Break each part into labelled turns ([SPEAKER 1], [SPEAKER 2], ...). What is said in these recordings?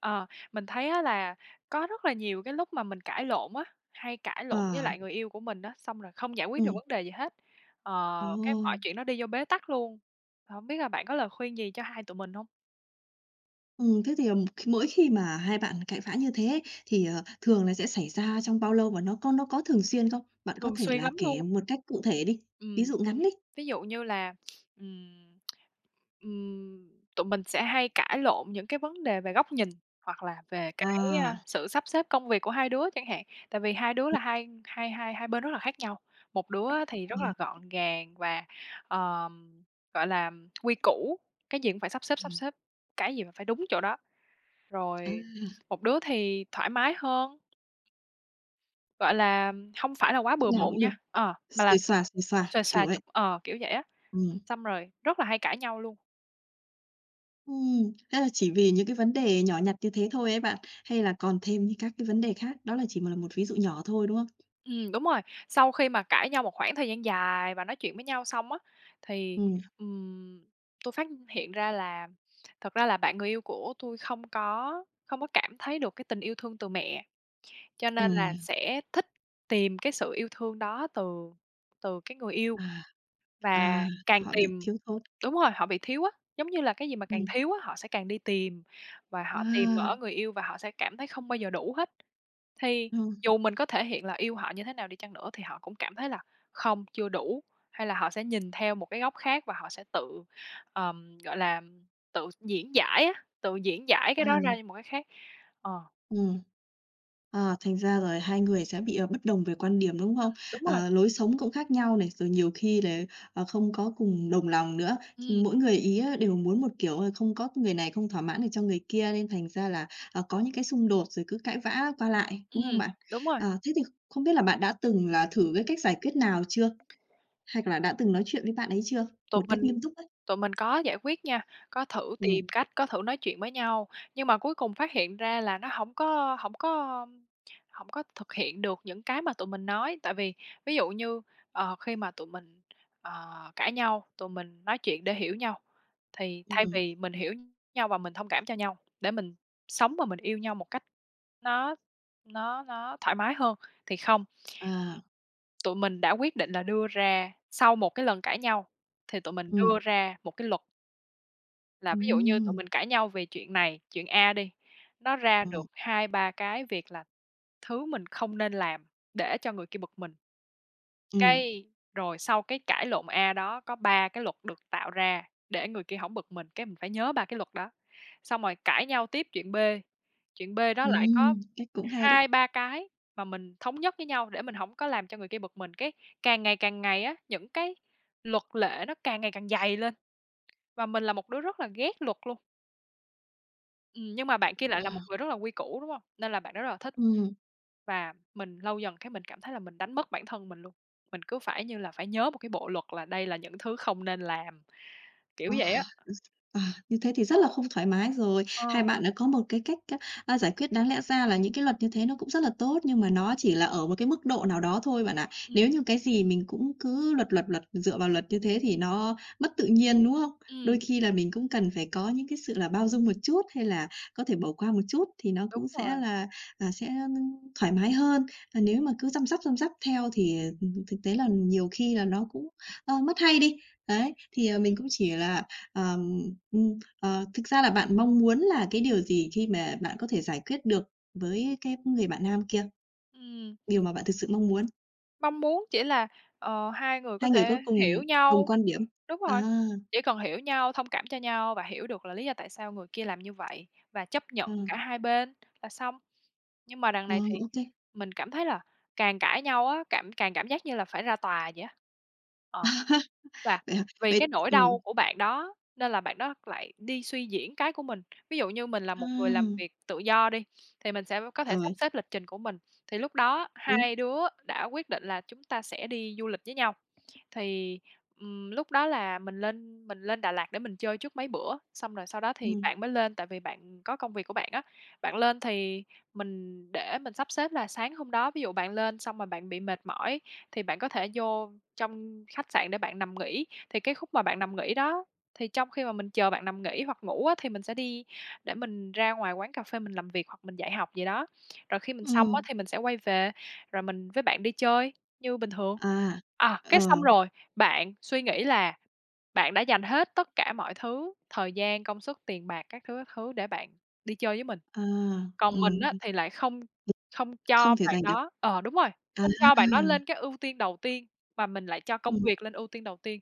[SPEAKER 1] Ờ, mình thấy á là có rất là nhiều cái lúc mà mình cãi lộn á, hay cãi lộn với
[SPEAKER 2] À.
[SPEAKER 1] lại người yêu của mình á, xong rồi không giải quyết được
[SPEAKER 2] Ừ.
[SPEAKER 1] vấn đề gì hết,
[SPEAKER 2] Ồ.
[SPEAKER 1] cái mọi chuyện nó đi vô bế tắc luôn. Không biết là bạn có lời khuyên gì cho hai tụi mình hông?
[SPEAKER 2] Ừ, thế thì, mỗi khi mà hai bạn cãi vã như thế ấy, thì, thường là sẽ xảy ra trong bao lâu và nó có thường xuyên không? Bạn có
[SPEAKER 1] Thường
[SPEAKER 2] thể
[SPEAKER 1] xuyên
[SPEAKER 2] là
[SPEAKER 1] lắm luôn.
[SPEAKER 2] kể một cách cụ thể đi, ví
[SPEAKER 1] Ừm.
[SPEAKER 2] dụ ngắn đi.
[SPEAKER 1] Ví dụ như là, ừm, ừm, tụi mình sẽ hay cãi lộn những cái vấn đề về góc nhìn hoặc là về cái,
[SPEAKER 2] À.
[SPEAKER 1] sự sắp xếp công việc của hai đứa chẳng hạn. Tại vì hai đứa là hai hai hai hai bên rất là khác nhau. Một đứa thì rất
[SPEAKER 2] ừm,
[SPEAKER 1] là gọn gàng và, ờm, gọi là, quy củ, cái gì cũng phải sắp
[SPEAKER 2] ừm,
[SPEAKER 1] xếp, cái gì mà phải đúng chỗ đó.
[SPEAKER 2] à,
[SPEAKER 1] Rồi một đứa thì thoải mái hơn, gọi là, không phải là quá bừa
[SPEAKER 2] Thế nào
[SPEAKER 1] bộn
[SPEAKER 2] cũng được,
[SPEAKER 1] nha, mà là
[SPEAKER 2] xuề xòa,
[SPEAKER 1] xuề
[SPEAKER 2] kiểu
[SPEAKER 1] xòa
[SPEAKER 2] vậy.
[SPEAKER 1] chút, kiểu vậy á.
[SPEAKER 2] Ừ.
[SPEAKER 1] Xong rồi rất là hay cãi nhau luôn.
[SPEAKER 2] Thế là chỉ vì những cái vấn đề nhỏ nhặt như thế thôi ấy bạn, hay là còn thêm những các cái vấn đề khác? Đó là chỉ mà là một ví dụ nhỏ thôi, đúng không?
[SPEAKER 1] Đúng rồi, sau khi mà cãi nhau một khoảng thời gian dài và nói chuyện với nhau xong á, thì,
[SPEAKER 2] Ừ.
[SPEAKER 1] ừm, tui phát hiện ra là thật ra là bạn người yêu của tôi không có cảm thấy được cái tình yêu thương từ mẹ, cho
[SPEAKER 2] Ừ.
[SPEAKER 1] nên là sẽ thích tìm cái sự yêu thương đó từ từ cái người yêu
[SPEAKER 2] À.
[SPEAKER 1] và
[SPEAKER 2] À.
[SPEAKER 1] càng
[SPEAKER 2] Họ bị
[SPEAKER 1] tìm.
[SPEAKER 2] thiếu thốn.
[SPEAKER 1] Đúng rồi, họ bị thiếu á, giống như là cái gì mà càng
[SPEAKER 2] Ừm.
[SPEAKER 1] thiếu á, họ sẽ càng đi tìm và
[SPEAKER 2] À.
[SPEAKER 1] họ tìm ở người yêu và họ sẽ cảm thấy không bao giờ đủ hết. Thì
[SPEAKER 2] Ừm.
[SPEAKER 1] dù mình có thể hiện là yêu họ như thế nào đi chăng nữa thì họ cũng cảm thấy là không, chưa đủ, hay là họ sẽ nhìn theo một cái góc khác và họ sẽ tự, gọi là, tự diễn giải á, tự diễn giải cái đó
[SPEAKER 2] À.
[SPEAKER 1] ra như một cái khác. Ờ,
[SPEAKER 2] Ừm. À, thành ra rồi hai người sẽ bị, bất đồng về quan điểm, đúng không?
[SPEAKER 1] đúng rồi.
[SPEAKER 2] Ờ, lối sống cũng khác nhau này, rồi nhiều khi là, không có cùng đồng lòng nữa.
[SPEAKER 1] Ừm,
[SPEAKER 2] Mỗi người ý á đều muốn một kiểu, không có người này không thỏa mãn được cho người kia nên thành ra là, có những cái xung đột rồi cứ cãi vã qua lại, đúng không
[SPEAKER 1] ừm,
[SPEAKER 2] bạn?
[SPEAKER 1] đúng rồi.
[SPEAKER 2] Ờ, thế thì không biết là bạn đã từng là thử cái cách giải quyết nào chưa? Hay là đã từng nói chuyện với bạn ấy chưa?
[SPEAKER 1] Tụi
[SPEAKER 2] Một cách
[SPEAKER 1] mình
[SPEAKER 2] nghiêm túc ấy.
[SPEAKER 1] tụi mình có giải quyết nha, có thử
[SPEAKER 2] Ừm.
[SPEAKER 1] tìm cách, có thử nói chuyện với nhau, nhưng mà cuối cùng phát hiện ra là nó hổng có thực hiện được những cái mà tụi mình nói. Tại vì ví dụ như, khi mà tụi mình, cãi nhau, tụi mình nói chuyện để hiểu nhau, thì thay
[SPEAKER 2] Ừm.
[SPEAKER 1] vì mình hiểu nhau và mình thông cảm cho nhau, để mình sống và mình yêu nhau một cách nó nó thoải mái hơn, thì không.
[SPEAKER 2] À.
[SPEAKER 1] Tụi mình đã quyết định là đưa ra sau một cái lần cãi nhau, thì tụi mình
[SPEAKER 2] ừm,
[SPEAKER 1] đưa ra một cái luật là ví dụ như tụi
[SPEAKER 2] ừm.
[SPEAKER 1] mình cãi nhau về chuyện này, chuyện A đi, nó ra
[SPEAKER 2] Ừm.
[SPEAKER 1] được hai ba cái việc là thứ mình không nên làm để cho người kia bực mình.
[SPEAKER 2] Ừm.
[SPEAKER 1] Cái rồi sau cái cãi lộn A đó có 3 cái luật được tạo ra để người kia hổng bực mình, cái mình phải nhớ 3 cái luật đó. Xong rồi cãi nhau tiếp chuyện B đó lại có
[SPEAKER 2] Ừm, cách cũng hay đấy.
[SPEAKER 1] 2 3 cái mà mình thống nhất với nhau để mình hổng có làm cho người kia bực mình, cái càng ngày á, những cái luật lệ nó càng ngày càng dày lên và mình là một đứa rất là ghét luật luôn. Nhưng mà bạn kia lại là một người rất là quy củ, đúng hông? Nên là bạn đó rất là thích
[SPEAKER 2] Ừm.
[SPEAKER 1] và mình lâu dần cái mình cảm thấy là mình đánh mất bản thân mình luôn. Mình cứ phải như là phải nhớ một cái bộ luật là đây là những thứ không nên làm, kiểu
[SPEAKER 2] Ờ.
[SPEAKER 1] vậy á.
[SPEAKER 2] À, như thế thì rất là không thoải mái rồi.
[SPEAKER 1] Ờ,
[SPEAKER 2] Hai bạn đã có một cái cách á, giải quyết đáng lẽ ra là những cái luật như thế nó cũng rất là tốt, nhưng mà nó chỉ là ở một cái mức độ nào đó thôi bạn ạ.
[SPEAKER 1] ừm,
[SPEAKER 2] Nếu như cái gì mình cũng cứ luật, luật, luật, dựa vào luật như thế thì nó mất tự nhiên, đúng không? Đôi
[SPEAKER 1] ừm,
[SPEAKER 2] khi là mình cũng cần phải có những cái sự là bao dung một chút, hay là có thể bỏ qua một chút thì nó
[SPEAKER 1] đúng
[SPEAKER 2] cũng sẽ
[SPEAKER 1] rồi.
[SPEAKER 2] là, à, sẽ, thoải mái hơn. À, nếu mà cứ chăm sóc theo thì, thực tế là nhiều khi là nó cũng, mất hay đi. Đấy, thì, ờ, mình cũng chỉ là, ờm Thực ra là bạn mong muốn là cái điều gì khi mà bạn có thể giải quyết được với cái người bạn nam kia?
[SPEAKER 1] Ừm,
[SPEAKER 2] Điều mà bạn thực sự mong muốn?
[SPEAKER 1] mong muốn chỉ là, hai người có
[SPEAKER 2] Hai người có
[SPEAKER 1] thể
[SPEAKER 2] cùng
[SPEAKER 1] hiểu
[SPEAKER 2] đồng
[SPEAKER 1] nhau.
[SPEAKER 2] quan điểm?
[SPEAKER 1] Đúng
[SPEAKER 2] À.
[SPEAKER 1] rồi, chỉ cần hiểu nhau, thông cảm cho nhau và hiểu được là lý do tại sao người kia làm như vậy và chấp nhận
[SPEAKER 2] ờ,
[SPEAKER 1] cả hai bên là xong. Nhưng mà đằng
[SPEAKER 2] ờ,
[SPEAKER 1] này thì
[SPEAKER 2] Ô kê.
[SPEAKER 1] mình cảm thấy là càng cãi nhau á, cảm càng cảm giác như là phải ra tòa vậy á. Ờ. Và
[SPEAKER 2] Vậy hả?
[SPEAKER 1] vì cái nỗi
[SPEAKER 2] Ừ.
[SPEAKER 1] đau của bạn đó nên là bạn đó lại đi suy diễn cái của mình. Ví dụ như mình là
[SPEAKER 2] A.
[SPEAKER 1] một người làm việc tự do đi, thì mình sẽ có thể sắp
[SPEAKER 2] Rồi.
[SPEAKER 1] xếp lịch trình của mình, thì lúc đó
[SPEAKER 2] Đúng.
[SPEAKER 1] hai đứa đã quyết định là chúng ta sẽ đi du lịch với nhau. Thì, lúc đó là mình lên Đà Lạt để mình chơi trước mấy bữa, xong rồi sau đó thì
[SPEAKER 2] Ừm.
[SPEAKER 1] bạn mới lên tại vì bạn có công việc của bạn á. Bạn lên thì mình để mình sắp xếp là sáng hôm đó ví dụ bạn lên xong mà bạn bị mệt mỏi thì bạn có thể vô trong khách sạn để bạn nằm nghỉ. Thì cái khúc mà bạn nằm nghỉ đó, thì trong khi mà mình chờ bạn nằm nghỉ hoặc ngủ á, thì mình sẽ đi để mình ra ngoài quán cà phê mình làm việc hoặc mình dạy học gì đó. Rồi khi mình xong á,
[SPEAKER 2] Ừm.
[SPEAKER 1] thì mình sẽ quay về, rồi mình với bạn đi chơi như bình thường.
[SPEAKER 2] À.
[SPEAKER 1] À, cái
[SPEAKER 2] Ờ.
[SPEAKER 1] xong rồi bạn suy nghĩ là bạn đã dành hết tất cả mọi thứ, thời gian, công sức, tiền bạc các thứ để bạn đi chơi với mình.
[SPEAKER 2] À.
[SPEAKER 1] Còn
[SPEAKER 2] Ừm,
[SPEAKER 1] mình á thì lại không không cho
[SPEAKER 2] không thể
[SPEAKER 1] bạn
[SPEAKER 2] giành được.
[SPEAKER 1] đó, đúng rồi,
[SPEAKER 2] À.
[SPEAKER 1] không cho bạn đó lên cái ưu tiên đầu tiên, mà mình lại cho công
[SPEAKER 2] Ừm.
[SPEAKER 1] việc lên ưu tiên đầu tiên,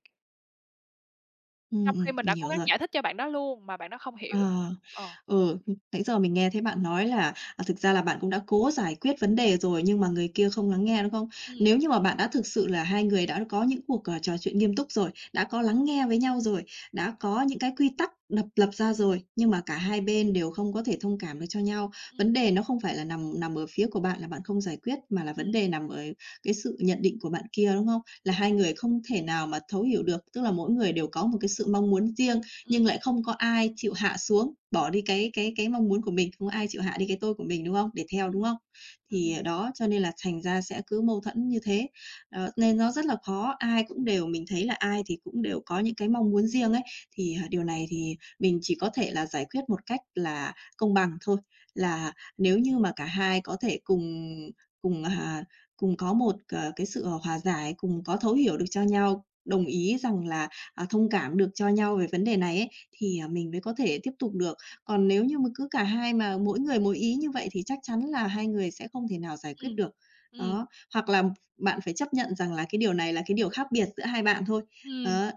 [SPEAKER 2] Ừm.
[SPEAKER 1] trong
[SPEAKER 2] Ừm,
[SPEAKER 1] khi mình
[SPEAKER 2] mình
[SPEAKER 1] đã cố
[SPEAKER 2] hiểu
[SPEAKER 1] gắng
[SPEAKER 2] rồi.
[SPEAKER 1] giải thích cho bạn đó luôn mà bạn đó không hiểu.
[SPEAKER 2] À.
[SPEAKER 1] Ờ,
[SPEAKER 2] ừ, Nãy giờ mình nghe thấy bạn nói là, thực ra là bạn cũng đã cố giải quyết vấn đề rồi nhưng mà người kia không lắng nghe, đúng không?
[SPEAKER 1] ừm,
[SPEAKER 2] Nếu như mà bạn đã thực sự là hai người đã có những cuộc, trò chuyện nghiêm túc rồi, đã có lắng nghe với nhau rồi, đã có những cái quy tắc đập lập ra rồi, nhưng mà cả hai bên đều không có thể thông cảm được cho nhau.
[SPEAKER 1] ừm,
[SPEAKER 2] Vấn đề nó không phải là nằm nằm ở phía của bạn là bạn không giải quyết, mà là vấn
[SPEAKER 1] ừm,
[SPEAKER 2] đề nằm ở cái sự nhận định của bạn kia, đúng không? Là
[SPEAKER 1] đúng,
[SPEAKER 2] hai người không thể nào mà thấu hiểu được, tức là mỗi người đều có một cái sự mong muốn riêng
[SPEAKER 1] ừm,
[SPEAKER 2] nhưng lại không có ai chịu hạ xuống bỏ đi cái mong muốn của mình không có ai
[SPEAKER 1] ừm,
[SPEAKER 2] chịu hạ đi cái tôi của mình đúng không để theo
[SPEAKER 1] ừm,
[SPEAKER 2] đúng không thì
[SPEAKER 1] ừm,
[SPEAKER 2] đó cho nên là thành ra sẽ cứ mâu thuẫn như thế, nên nó rất là khó ai cũng đều mình thấy là ai thì cũng đều có những cái mong muốn riêng ấy thì điều này thì mình chỉ có thể là giải quyết một cách là công bằng thôi là nếu như mà cả hai có thể cùng cùng à, cùng có một cái sự hòa giải cùng có thấu hiểu được cho nhau đồng ý rằng là thông cảm được cho nhau về vấn đề này ấy, thì, mình mới có thể tiếp tục được. Còn nếu như mà cứ cả hai mà mỗi người mỗi ý như vậy thì chắc chắn là hai người sẽ không thể nào giải quyết
[SPEAKER 1] ừm,
[SPEAKER 2] được.
[SPEAKER 1] ừm,
[SPEAKER 2] Đó, hoặc là bạn phải chấp nhận rằng là cái điều này là cái điều khác biệt giữa hai bạn thôi.
[SPEAKER 1] ừm.
[SPEAKER 2] Đó,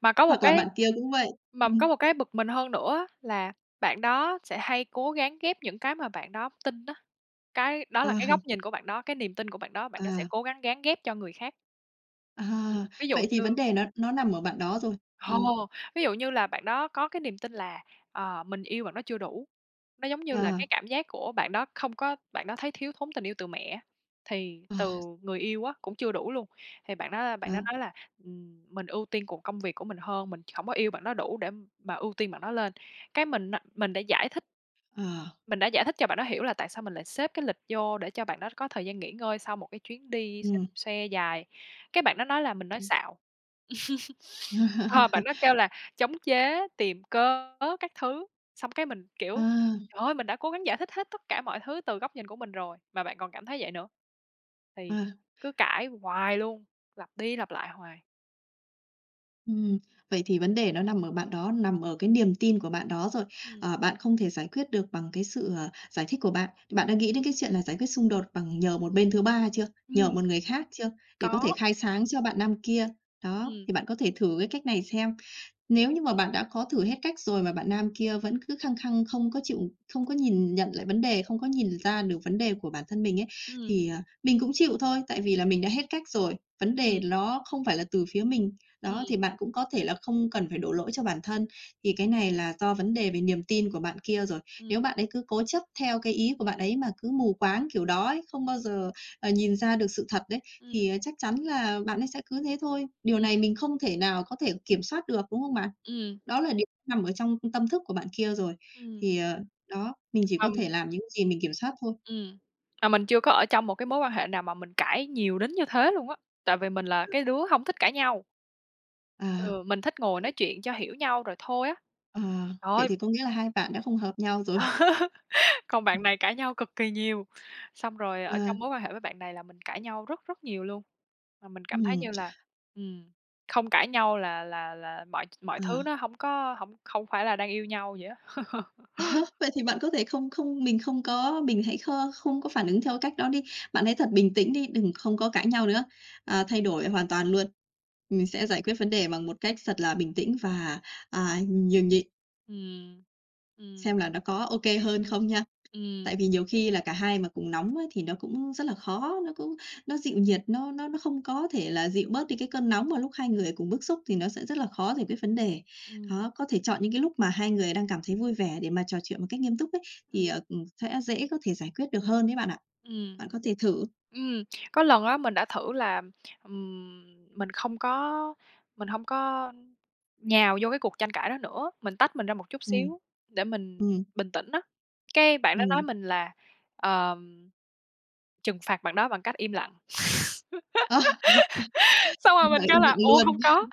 [SPEAKER 1] Mà có một
[SPEAKER 2] hoặc là
[SPEAKER 1] cái
[SPEAKER 2] bạn kia cũng vậy.
[SPEAKER 1] mà
[SPEAKER 2] Ừm.
[SPEAKER 1] có một cái bực mình hơn nữa á là bạn đó sẽ hay cố gắng ghép những cái mà bạn đó tin á, cái đó là cái
[SPEAKER 2] À.
[SPEAKER 1] góc nhìn của bạn đó, cái niềm tin của bạn đó sẽ
[SPEAKER 2] À.
[SPEAKER 1] cố gắng gán ghép cho người khác.
[SPEAKER 2] À,
[SPEAKER 1] Ví dụ
[SPEAKER 2] vậy thì
[SPEAKER 1] như
[SPEAKER 2] vấn đề nó nằm ở bạn đó rồi. Ừm.
[SPEAKER 1] ồ! Ví dụ như là bạn đó có cái niềm tin là, mình yêu bạn đó chưa đủ, nó giống như là
[SPEAKER 2] À.
[SPEAKER 1] cái cảm giác của bạn đó không có bạn đó thấy thiếu thốn tình yêu từ mẹ á, thì
[SPEAKER 2] À.
[SPEAKER 1] từ người yêu á cũng chưa đủ luôn. Thì bạn đó
[SPEAKER 2] Đó.
[SPEAKER 1] nói là, mình ưu tiên cuộc công việc của mình hơn, mình hổng có yêu bạn đó đủ để mà ưu tiên bạn đó lên. Cái mình á mình đã giải thích
[SPEAKER 2] À.
[SPEAKER 1] mình đã giải thích cho bạn đó hiểu là tại sao mình lại xếp cái lịch vô để cho bạn đó có thời gian nghỉ ngơi sau một cái chuyến đi xe
[SPEAKER 2] Ừm.
[SPEAKER 1] xe dài. Cái bạn đó nói là mình nói xạo. Ờ, bạn đó kêu là chống chế, tìm cớ các thứ, xong cái mình, kiểu,
[SPEAKER 2] À.
[SPEAKER 1] trời ơi, mình đã cố gắng giải thích hết tất cả mọi thứ từ góc nhìn của mình rồi, mà bạn còn cảm thấy vậy nữa, thì
[SPEAKER 2] À.
[SPEAKER 1] cứ cãi hoài luôn, lặp đi lặp lại hoài.
[SPEAKER 2] Ừm, vậy thì vấn đề nó nằm ở bạn đó, nằm ở cái niềm tin của bạn đó rồi.
[SPEAKER 1] Ừm,
[SPEAKER 2] Ờ, bạn không thể giải quyết được bằng cái sự, giải thích của bạn. Bạn đã nghĩ đến cái chuyện là giải quyết xung đột bằng nhờ một bên thứ ba chưa? Nhờ
[SPEAKER 1] ừm,
[SPEAKER 2] một người khác chưa? Để có thể
[SPEAKER 1] có,
[SPEAKER 2] khai sáng cho bạn nam kia. Đó,
[SPEAKER 1] ừm,
[SPEAKER 2] thì bạn có thể thử cái cách này xem. Nếu như mà bạn đã có thử hết cách rồi mà bạn nam kia vẫn cứ khăng khăng không có chịu không có nhìn nhận lại vấn đề, không có nhìn ra được vấn đề của bản thân mình ấy,
[SPEAKER 1] ừm,
[SPEAKER 2] thì, mình cũng chịu thôi, tại vì là mình đã hết cách rồi, vấn đề
[SPEAKER 1] ừm,
[SPEAKER 2] ló không phải là từ phía mình. Đó,
[SPEAKER 1] ừm,
[SPEAKER 2] thì bạn cũng có thể là không cần phải đổ lỗi cho bản thân, thì cái này là do vấn đề về niềm tin của bạn kia rồi.
[SPEAKER 1] ừm,
[SPEAKER 2] Nếu bạn ấy cứ cố chấp theo cái ý của bạn ấy mà cứ mù quáng kiểu đó ấy, không bao giờ, nhìn ra được sự thật đấy
[SPEAKER 1] ừm,
[SPEAKER 2] thì, chắc chắn là bạn ấy sẽ cứ thế thôi. Điều này
[SPEAKER 1] ừm,
[SPEAKER 2] mình không thể nào có thể kiểm soát được, đúng không bạn?
[SPEAKER 1] ừm,
[SPEAKER 2] Đó là điều nằm ở trong tâm thức của bạn kia rồi.
[SPEAKER 1] ừm,
[SPEAKER 2] Thì, đó, mình chỉ
[SPEAKER 1] mà
[SPEAKER 2] có thể
[SPEAKER 1] mình
[SPEAKER 2] làm những gì mình kiểm soát thôi.
[SPEAKER 1] ừm, mà mình chưa có ở trong một cái mối quan hệ nào mà mình cãi nhiều đến như thế luôn á, tại vì mình là cái đứa hông thích cãi nhau,
[SPEAKER 2] À,
[SPEAKER 1] ừ, mình thích ngồi
[SPEAKER 2] vậy
[SPEAKER 1] nói chuyện cho hiểu nhau rồi thôi á.
[SPEAKER 2] ờ,
[SPEAKER 1] Trời
[SPEAKER 2] vậy
[SPEAKER 1] ơi!
[SPEAKER 2] thì có nghĩa là hai bạn đã không hợp nhau rồi.
[SPEAKER 1] Còn
[SPEAKER 2] Ừm.
[SPEAKER 1] bạn này cãi nhau cực kỳ nhiều, xong rồi ở
[SPEAKER 2] Ờ.
[SPEAKER 1] trong mối quan hệ với bạn này là mình cãi nhau rất rất nhiều luôn, mà mình cảm thấy
[SPEAKER 2] Ừm.
[SPEAKER 1] như là, ừm, không cãi nhau là mọi mọi
[SPEAKER 2] Ờ.
[SPEAKER 1] thứ nó hổng có hổng không phải là đang yêu nhau vậy á.
[SPEAKER 2] Hả? Vậy thì bạn có thể không không mình không có mình hãy kho không có phản ứng theo cách đó đi. Bạn hãy thật bình tĩnh đi, đừng không có cãi nhau nữa, thay đổi hoàn toàn luôn. Mình sẽ giải quyết vấn đề bằng một cách thật là bình tĩnh và, nhường nhịn
[SPEAKER 1] Ừm, ừm,
[SPEAKER 2] xem là nó có ô kê hơn không nha.
[SPEAKER 1] ừm,
[SPEAKER 2] Tại vì nhiều khi là cả hai mà cùng nóng ấy thì nó cũng rất là khó, nó cũng nó dịu nhiệt, nó không có thể là dịu bớt đi cái cơn nóng mà lúc hai người cùng bức xúc thì nó sẽ rất là khó giải quyết vấn đề.
[SPEAKER 1] ừm,
[SPEAKER 2] Đó, có thể chọn những cái lúc mà hai người đang cảm thấy vui vẻ để mà trò chuyện một cách nghiêm túc ấy, thì,
[SPEAKER 1] ừm,
[SPEAKER 2] sẽ dễ có thể giải quyết được hơn đấy bạn ạ.
[SPEAKER 1] ừm.
[SPEAKER 2] Bạn có thể thử.
[SPEAKER 1] Ừm, có lần á mình đã thử là, mình không có mình hông có nhào vô cái cuộc tranh cãi đó nữa, mình tách mình ra một chút
[SPEAKER 2] Ừm.
[SPEAKER 1] xíu để mình
[SPEAKER 2] Ừm.
[SPEAKER 1] bình tĩnh á. Cái bạn đó nói
[SPEAKER 2] Ừm.
[SPEAKER 1] mình là, ờm, trừng phạt bạn đó bằng cách im lặng.
[SPEAKER 2] Ờ,
[SPEAKER 1] Xong rồi
[SPEAKER 2] giờ
[SPEAKER 1] mình kêu
[SPEAKER 2] im
[SPEAKER 1] là
[SPEAKER 2] lặng
[SPEAKER 1] "Ủa, hông
[SPEAKER 2] luôn.
[SPEAKER 1] có."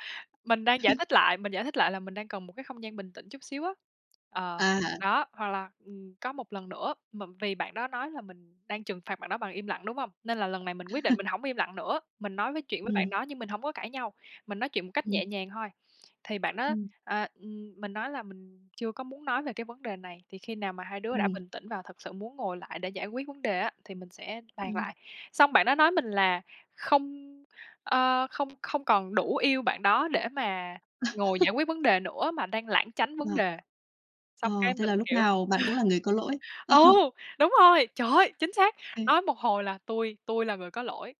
[SPEAKER 1] Mình đang giải thích lại, là mình đang cần một cái không gian bình tĩnh chút xíu á. Ờ,
[SPEAKER 2] À.
[SPEAKER 1] đó, hoặc là, có một lần nữa, mà vì bạn đó nói là mình đang trừng phạt bạn đó bằng im lặng, đúng hông? Nên là lần này mình quyết định mình hổng im lặng nữa, mình nói với chuyện với bạn
[SPEAKER 2] Ừm.
[SPEAKER 1] đó nhưng mình hổng có cãi nhau, mình nói chuyện một cách
[SPEAKER 2] Ừm.
[SPEAKER 1] nhẹ nhàng thôi. Thì bạn đó,
[SPEAKER 2] Ừm.
[SPEAKER 1] à, mình nói là mình chưa có muốn nói về cái vấn đề này, thì khi nào mà hai đứa đã
[SPEAKER 2] Ừm.
[SPEAKER 1] bình tĩnh và thật sự muốn ngồi lại để giải quyết vấn đề á, thì mình sẽ bàn
[SPEAKER 2] Ừm.
[SPEAKER 1] lại. Xong bạn đó nói mình là không. Ờ, không không còn đủ yêu bạn đó để mà ngồi giải quyết vấn đề nữa mà đang lảng tránh vấn
[SPEAKER 2] Ờ.
[SPEAKER 1] đề, xong
[SPEAKER 2] Ờ,
[SPEAKER 1] cái
[SPEAKER 2] thế
[SPEAKER 1] mình,
[SPEAKER 2] là lúc
[SPEAKER 1] kiểu
[SPEAKER 2] nào bạn cũng là người có lỗi.
[SPEAKER 1] ừ,
[SPEAKER 2] Ờ.
[SPEAKER 1] đúng rồi, trời ơi, chính xác. Nói một hồi là "Tui tui là người có lỗi",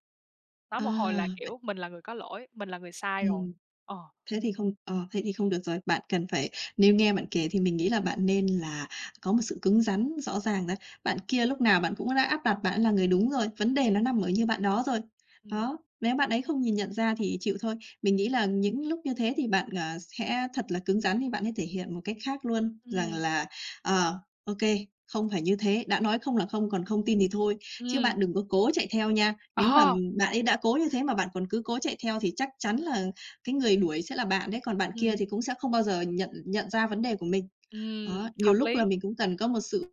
[SPEAKER 1] nói
[SPEAKER 2] À,
[SPEAKER 1] một hồi là,
[SPEAKER 2] vậy
[SPEAKER 1] kiểu, "Mình là người có lỗi, mình là người sai rồi."
[SPEAKER 2] ừm.
[SPEAKER 1] Ờ,
[SPEAKER 2] Thế thì không được rồi. Bạn cần phải Nếu nghe bạn kể thì mình nghĩ là bạn nên là có một sự cứng rắn rõ ràng đấy. Bạn kia lúc nào bạn cũng đã áp đặt bạn ấy là người đúng rồi, vấn đề
[SPEAKER 1] ừm,
[SPEAKER 2] nó nằm ở như bạn đó rồi.
[SPEAKER 1] ừm,
[SPEAKER 2] Đó, nếu bạn ấy không nhìn nhận ra thì chịu thôi. Mình nghĩ là những lúc như thế thì bạn, sẽ thật là cứng rắn thì bạn ấy thể hiện một cách khác luôn, rằng
[SPEAKER 1] ừm,
[SPEAKER 2] là, ờ, ô không phải như thế, đã nói không là không, còn không tin thì thôi, chứ
[SPEAKER 1] ừm,
[SPEAKER 2] bạn đừng có cố chạy theo nha. Nếu mà
[SPEAKER 1] ờ,
[SPEAKER 2] bạn ấy đã cố như thế mà bạn còn cứ cố chạy theo thì chắc chắn là cái người đuổi sẽ là bạn đấy, còn bạn kia
[SPEAKER 1] ừm,
[SPEAKER 2] thì cũng sẽ không bao giờ nhận nhận ra vấn đề của mình.
[SPEAKER 1] ừm,
[SPEAKER 2] Đó, nhiều
[SPEAKER 1] hợp
[SPEAKER 2] lúc
[SPEAKER 1] lý,
[SPEAKER 2] là mình cũng cần có một sự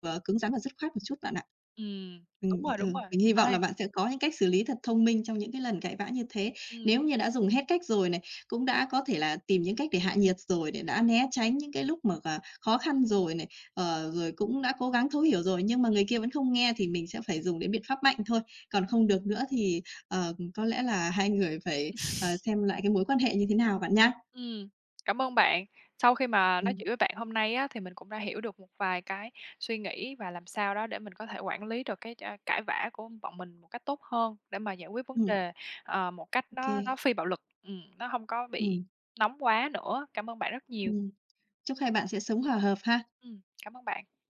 [SPEAKER 2] ờ, cứng rắn và dứt khoát một chút bạn ạ.
[SPEAKER 1] ừm, đúng rồi, đúng rồi.
[SPEAKER 2] Mình hy
[SPEAKER 1] Ê,
[SPEAKER 2] vọng là bạn sẽ có những cách xử lý thật thông minh trong những cái lần cãi vã như thế.
[SPEAKER 1] ừm,
[SPEAKER 2] Nếu như đã dùng hết cách rồi này, cũng đã có thể là tìm những cách để hạ nhiệt rồi, để đã né tránh những cái lúc mà, khó khăn rồi này, rồi cũng đã cố gắng thấu hiểu rồi, nhưng mà người kia vẫn không nghe thì mình sẽ phải dùng đến biện pháp mạnh thôi. Còn
[SPEAKER 1] ừm.
[SPEAKER 2] không được nữa thì, có lẽ là hai người phải, xem lại cái mối quan hệ như thế nào bạn nhá.
[SPEAKER 1] Ừm, cảm ơn bạn. Sau khi mà nói
[SPEAKER 2] Ừm.
[SPEAKER 1] chuyện với bạn hôm nay á, thì mình cũng đã hiểu được một vài cái suy nghĩ và làm sao đó để mình có thể quản lý được cái, cãi vã của bọn mình một cách tốt hơn để mà giải quyết vấn
[SPEAKER 2] Ừm.
[SPEAKER 1] đề, một cách
[SPEAKER 2] Ô kê.
[SPEAKER 1] nó phi bạo lực, nó không có bị
[SPEAKER 2] Ừm.
[SPEAKER 1] nóng quá nữa. Cảm ơn bạn rất nhiều.
[SPEAKER 2] Chúc hai bạn sẽ sống hòa hợp ha.
[SPEAKER 1] Cảm ơn bạn.